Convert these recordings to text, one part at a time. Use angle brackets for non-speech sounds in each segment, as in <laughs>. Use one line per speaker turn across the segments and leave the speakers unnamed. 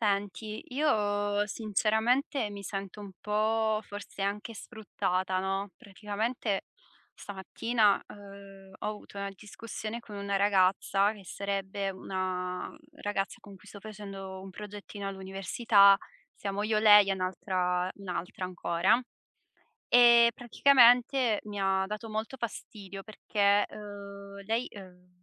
Senti, io sinceramente mi sento un po' forse anche sfruttata, no, praticamente stamattina, ho avuto una discussione con una ragazza che sarebbe una ragazza con cui sto facendo un progettino all'università, siamo io, lei e un'altra ancora e praticamente mi ha dato molto fastidio perché, lei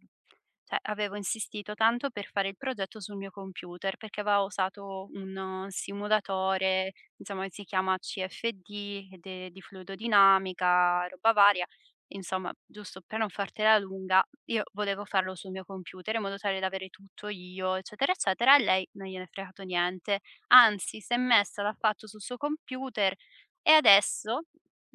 cioè avevo insistito tanto per fare il progetto sul mio computer, perché aveva usato un simulatore, insomma, che si chiama CFD ed è di fluidodinamica, roba varia. Insomma, giusto per non fartela lunga, io volevo farlo sul mio computer in modo tale da avere tutto io, eccetera, eccetera, e lei non gliene è fregato niente. Anzi, s'è messa, l'ha fatto sul suo computer e adesso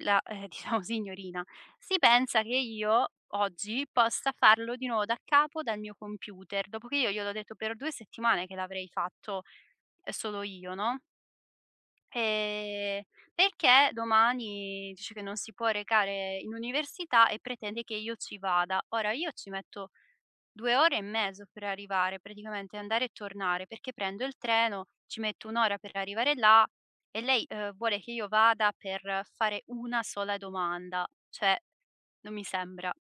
la <laughs> diciamo signorina, si pensa che io oggi possa farlo di nuovo daccapo dal mio computer, dopo che io gliel'ho detto per 2 settimane che l'avrei fatto, solo io, no, ehm, perché domani dice che non si può recare in università e pretende che io ci vada. Ora io ci metto 2 ore e mezzo per arrivare, praticamente andare e tornare, perché prendo il treno, ci metto 1 ora per arrivare là e lei, vuole che io vada per fare una sola domanda. Cioè non mi sembra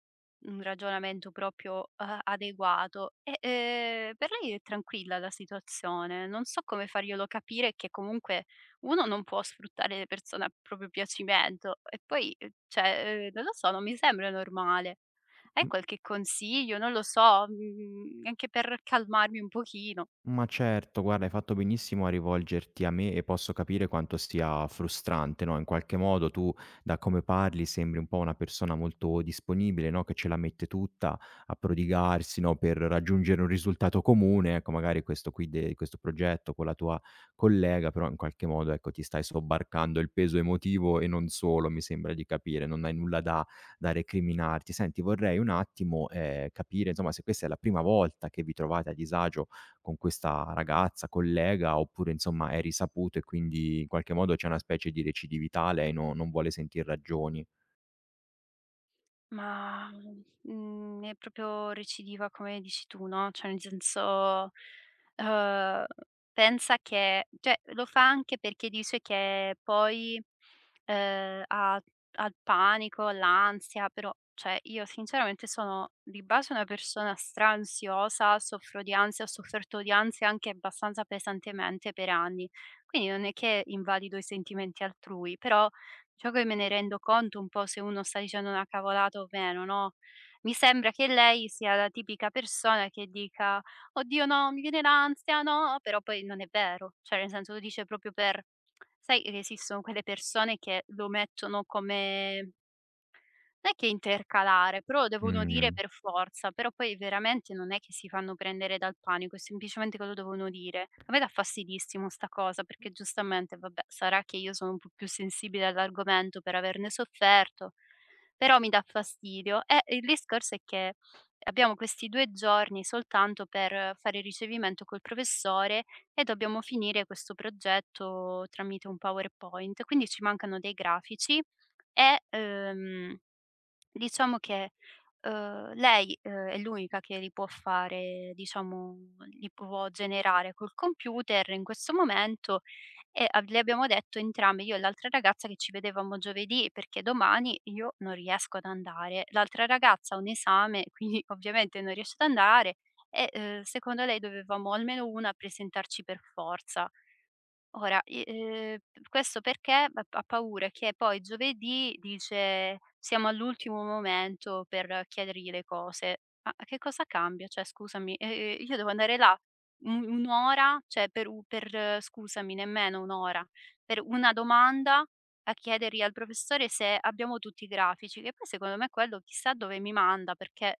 un ragionamento proprio, adeguato e, per lei è tranquilla la situazione. Non so come farglielo capire che comunque uno non può sfruttare le persone a proprio piacimento e poi, non lo so, non mi sembra normale. Hai
M,
qualche consiglio? Non lo so, mhmm, anche per calmarmi un pochino.
ma certo, guarda, hai fatto benissimo a rivolgerti a me e posso capire quanto sia frustrante, no, in qualche modo tu, da come parli, sembri un po' una persona molto disponibile, no, che ce la mette tutta a prodigarsi, no, per raggiungere un risultato comune, ecco, magari questo qui de questo progetto con la tua collega, però in qualche modo, ecco, ti stai sobbarcando il peso emotivo e non solo, mi sembra di capire, non hai nulla da recriminarti. Senti, vorrei un attimo, capire insomma se questa è la prima volta che vi trovate a disagio con questa ragazza, collega, oppure insomma è risaputo e quindi in qualche modo c'è una specie di recidività, lei no, non vuole sentir ragioni.
Ma, mhmm, è proprio recidiva come dici tu, no, cioè nel senso, uhm, pensa che, cioè, lo fa anche perché dice che poi, ehm, ha ha il panico, l'ansia, però cioè io sinceramente sono di base una persona stra-ansiosa, soffro di ansia, ho sofferto di ansia anche abbastanza pesantemente per anni, quindi non è che invalido i sentimenti altrui, però ciò che me ne rendo conto un po' se uno sta dicendo una cavolata o meno, no, mi sembra che lei sia la tipica persona che dica: "Oddio no, mi viene l'ansia, no", però poi non è vero. Cioè nel senso lo dice proprio per, sai, che esistono quelle persone che lo mettono come non è che intercalare, però lo devono dire
Mh.
per forza, però poi veramente non è che si fanno prendere dal panico, è semplicemente che lo devono dire. A me dà fastidissimo sta cosa, perché giustamente, vabbè, sarà che io sono un po' più sensibile all'argomento per averne sofferto, però mi dà fastidio. E il discorso è che abbiamo questi 2 giorni soltanto per fare il ricevimento col professore e dobbiamo finire questo progetto tramite un PowerPoint, quindi ci mancano dei grafici e, diciamo che, lei è l'unica che li può fare, diciamo, li può generare col computer in questo momento e ab le abbiamo detto entrambe, io e l'altra ragazza, che ci vedevamo giovedì, perché domani io non riesco ad andare. L'altra ragazza ha un esame, quindi <laughs> ovviamente non riesce ad andare e, secondo lei dovevamo almeno una presentarci per forza. Ora, i p questo perché ha paura che poi giovedì dice: "Siamo all'ultimo momento per chiedergli le cose". Ma che cosa cambia? Cioè scusami, io devo andare là un'ora, cioè per u per scusami, nemmeno un'ora, per una domanda, a chiedergli al professore se abbiamo tutti i grafici, che poi secondo me quello chissà dove mi manda perché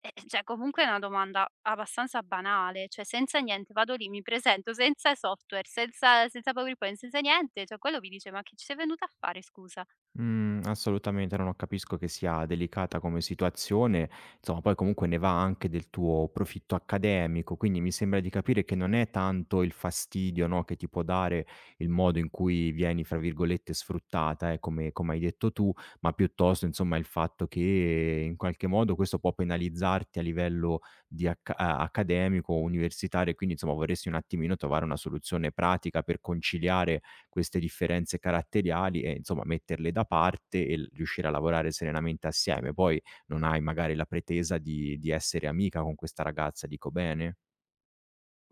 cioè comunque è una domanda abbastanza banale, cioè senza niente vado lì, mi presento senza software, senza PowerPoint, senza niente, cioè quello mi dice: "Ma che ci sei venuta a fare, scusa?"
Mhmm, assolutamente, no, no, capisco che sia delicata come situazione, insomma poi comunque ne va anche del tuo profitto accademico, quindi mi sembra di capire che non è tanto il fastidio, no, che ti può dare il modo in cui vieni, fra virgolette, "sfruttata", come hai detto tu, ma piuttosto insomma il fatto che in qualche modo questo può penalizzarti a livello di accademico, universitario, e quindi insomma vorresti un attimino trovare una soluzione pratica per conciliare queste differenze caratteriali e insomma metterle da parte e l riuscire a lavorare serenamente assieme. Poi non hai magari la pretesa di essere amica con questa ragazza, dico bene?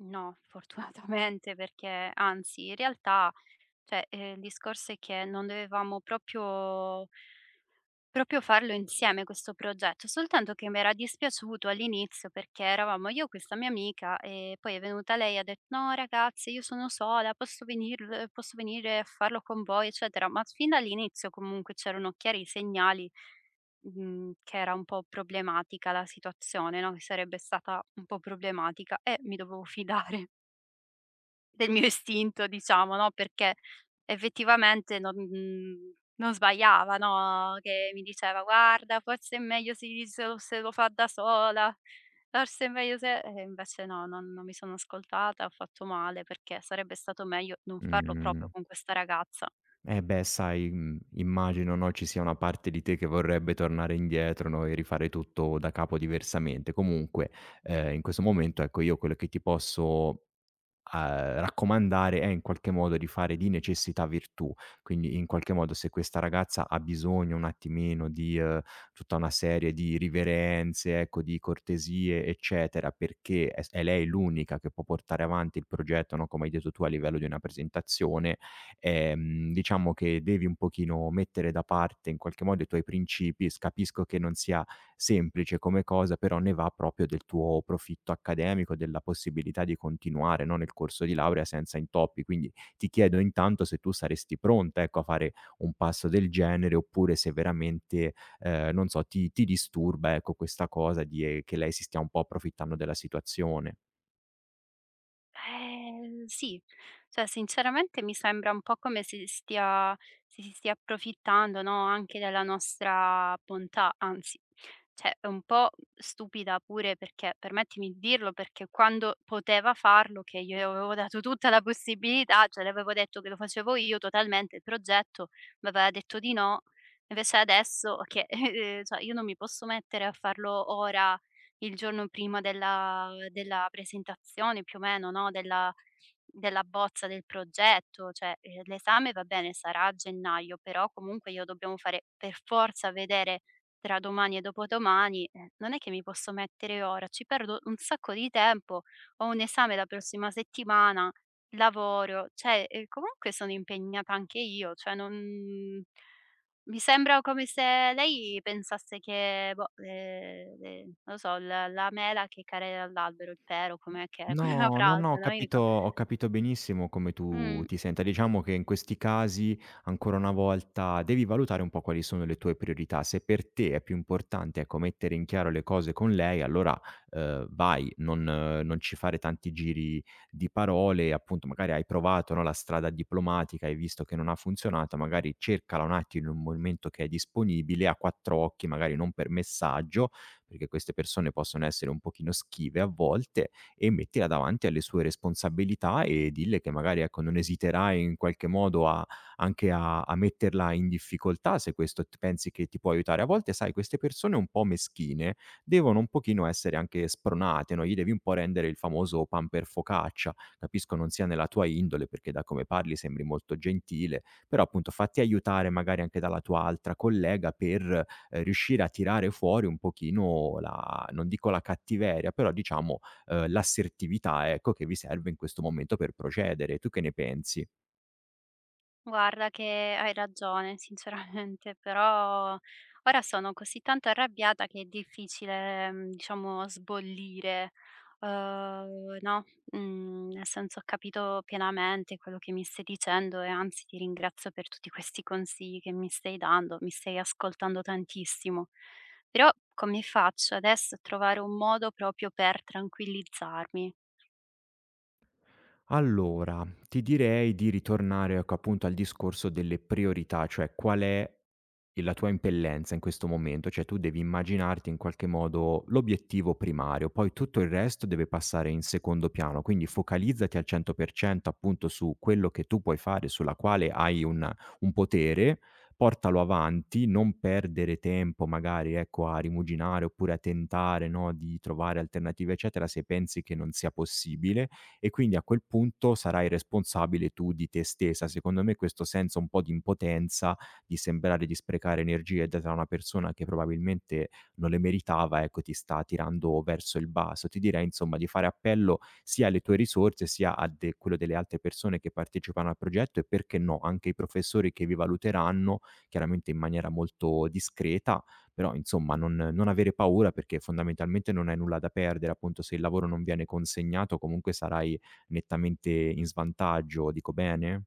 No, <laughs> fortunatamente, perché anzi in realtà, cioè, il discorso è che non dovevamo proprio farlo insieme questo progetto, soltanto che m'era dispiaciuto all'inizio perché eravamo io e questa mia amica e poi è venuta lei e ha detto: "No ragazze, io sono sola, posso venire a farlo con voi", eccetera. Ma fin dall'inizio comunque c'erano chiari segnali, mhmm, che era un po' problematica la situazione, no, che sarebbe stata un po' problematica e mi dovevo fidare del mio istinto, diciamo, no, perché effettivamente non, mhmm, non sbagliava, no, che mi diceva: "Guarda, forse è meglio se lo, se lo fa da sola, forse è meglio se" e invece no, non mi sono ascoltata, ho fatto male perché sarebbe stato meglio non farlo proprio
Mhmm,
con questa ragazza.
eh beh sai, mhmm, immagino, no, ci sia una parte di te che vorrebbe tornare indietro, no, e rifare tutto da capo diversamente. Comunque, in questo momento, ecco, io quello che ti posso raccomandare è in qualche modo di fare di necessità virtù. Quindi in qualche modo se questa ragazza ha bisogno un attimino di, tutta una serie di riverenze, ecco, di cortesie, eccetera, perché è lei l'unica che può portare avanti il progetto, no, come hai detto tu a livello di una presentazione, diciamo che devi un pochino mettere da parte in qualche modo i tuoi principi. S Capisco che non sia semplice come cosa, però ne va proprio del tuo profitto accademico, della possibilità di continuare, no, nel corso di laurea senza intoppi. Quindi ti chiedo intanto se tu saresti pronta, ecco, a fare un passo del genere oppure se veramente, non so, ti disturba, ecco, questa cosa di che lei si stia un po' approfittando della situazione.
Sì. Cioè, sinceramente mi sembra un po' come se si stia approfittando, no, anche della nostra bontà, anzi, cioè è un po' stupida pure, perché permettimi di dirlo, perché quando poteva farlo, che gli avevo dato tutta la possibilità, cioè le avevo detto che lo facevo io totalmente il progetto, m'aveva detto di no, invece adesso che, <laughs> cioè io non mi posso mettere a farlo ora, il giorno prima della presentazione più o meno, no, della bozza del progetto, cioè, l'esame va bene sarà a gennaio, però comunque io dobbiamo fare per forza vedere tra domani e dopodomani, non è che mi posso mettere ora, ci perdo un sacco di tempo, ho un esame la prossima settimana, lavoro, cioè, comunque sono impegnata anche io, cioè non mi sembra come se lei pensasse che, boh, le non lo so, la mela che cade dall'albero, il pero, com'è che è <laughs> quella
No, no, no, ho
frase, no, io
capito,
dico
benissimo come tu
mh.
ti senta. Diciamo che in questi casi, ancora una volta, devi valutare un po' quali sono le tue priorità. Se per te è più importante, ecco, mettere in chiaro le cose con lei, allora, vai, non ci fare tanti giri di parole. Appunto, magari hai provato, no, la strada diplomatica, hai visto che non ha funzionato, magari cercala un attimo in un momento che è disponibile, a quattro occhi, magari non per messaggio, perché queste persone possono essere un pochino schive a volte, e mettila davanti alle sue responsabilità e dille che magari, ecco, non esiterai in qualche modo a anche a a metterla in difficoltà se questo t pensi che ti può aiutare. A volte, sai, queste persone un po' meschine devono un pochino essere anche spronate, no, gli devi un po' rendere il famoso pan per focaccia. Capisco non sia nella tua indole, perché da come parli sembri molto gentile, però appunto fatti aiutare magari anche dalla tua altra collega per, riuscire a tirare fuori un pochino la, non dico la cattiveria, però diciamo l'assertività, ecco, che vi serve in questo momento per procedere. Tu che ne pensi?
Guarda, che hai ragione sinceramente, però ora sono così tanto arrabbiata che è difficile, mhmm, diciamo, sbollire, no, mhmm, nel senso ho capito pienamente quello che mi stai dicendo e anzi ti ringrazio per tutti questi consigli che mi stai dando, mi stai ascoltando tantissimo. Però come faccio adesso a trovare un modo proprio per tranquillizzarmi?
Allora, ti direi di ritornare, ecco, appunto al discorso delle priorità, cioè qual è la tua impellenza in questo momento, cioè tu devi immaginarti in qualche modo l'obiettivo primario, poi tutto il resto deve passare in secondo piano, quindi focalizzati al 100% appunto su quello che tu puoi fare, sulla quale hai un potere, portalo avanti, non perdere tempo magari ecco a rimuginare oppure a tentare, no, di trovare alternative eccetera, se pensi che non sia possibile, e quindi a quel punto sarai responsabile tu di te stessa. Secondo me questo senso un po' di impotenza, di sembrare di sprecare energie date a una persona che probabilmente non le meritava, ecco, ti sta tirando verso il basso. Ti direi insomma di fare appello sia alle tue risorse, sia a de quello delle altre persone che partecipano al progetto e, perché no, anche i professori che vi valuteranno, chiaramente in maniera molto discreta, però insomma non avere paura perché fondamentalmente non hai nulla da perdere, appunto se il lavoro non viene consegnato comunque sarai nettamente in svantaggio, dico bene?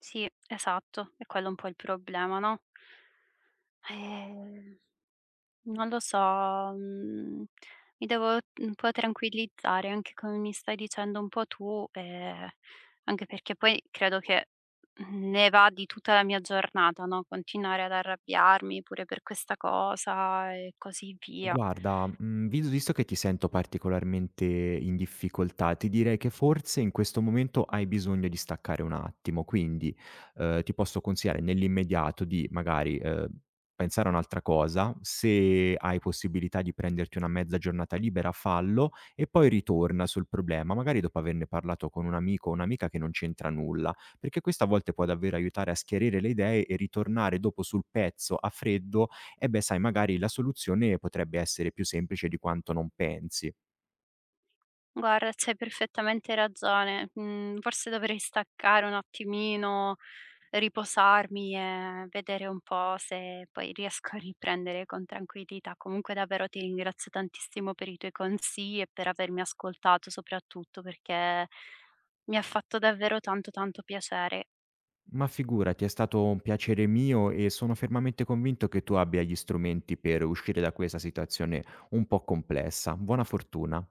Sì, esatto, è quello un po' il problema, no? Ehm Non lo so, mhmm, mi devo un po' tranquillizzare, anche come mi stai dicendo un po' tu, anche perché poi credo che ne va di tutta la mia giornata, no, continuare ad arrabbiarmi pure per questa cosa e così via.
Guarda, mhmm, visto che ti sento particolarmente in difficoltà, ti direi che forse in questo momento hai bisogno di staccare un attimo, quindi, ti posso consigliare nell'immediato di magari, pensare a un'altra cosa, se hai possibilità di prenderti una mezza giornata libera fallo, e poi ritorna sul problema, magari dopo averne parlato con un amico o un'amica che non c'entra nulla, perché questo a volte può davvero aiutare a schiarire le idee e ritornare dopo sul pezzo a freddo. Eh beh, sai, magari la soluzione potrebbe essere più semplice di quanto non pensi.
Guarda, c'hai perfettamente ragione. Mhmm, forse dovrei staccare un attimino, riposarmi e vedere un po' se poi riesco a riprendere con tranquillità. Comunque davvero ti ringrazio tantissimo per i tuoi consigli e per avermi ascoltato soprattutto, perché mi ha fatto davvero tanto, tanto piacere.
Ma figurati, è stato un piacere mio e sono fermamente convinto che tu abbia gli strumenti per uscire da questa situazione un po' complessa. Buona fortuna.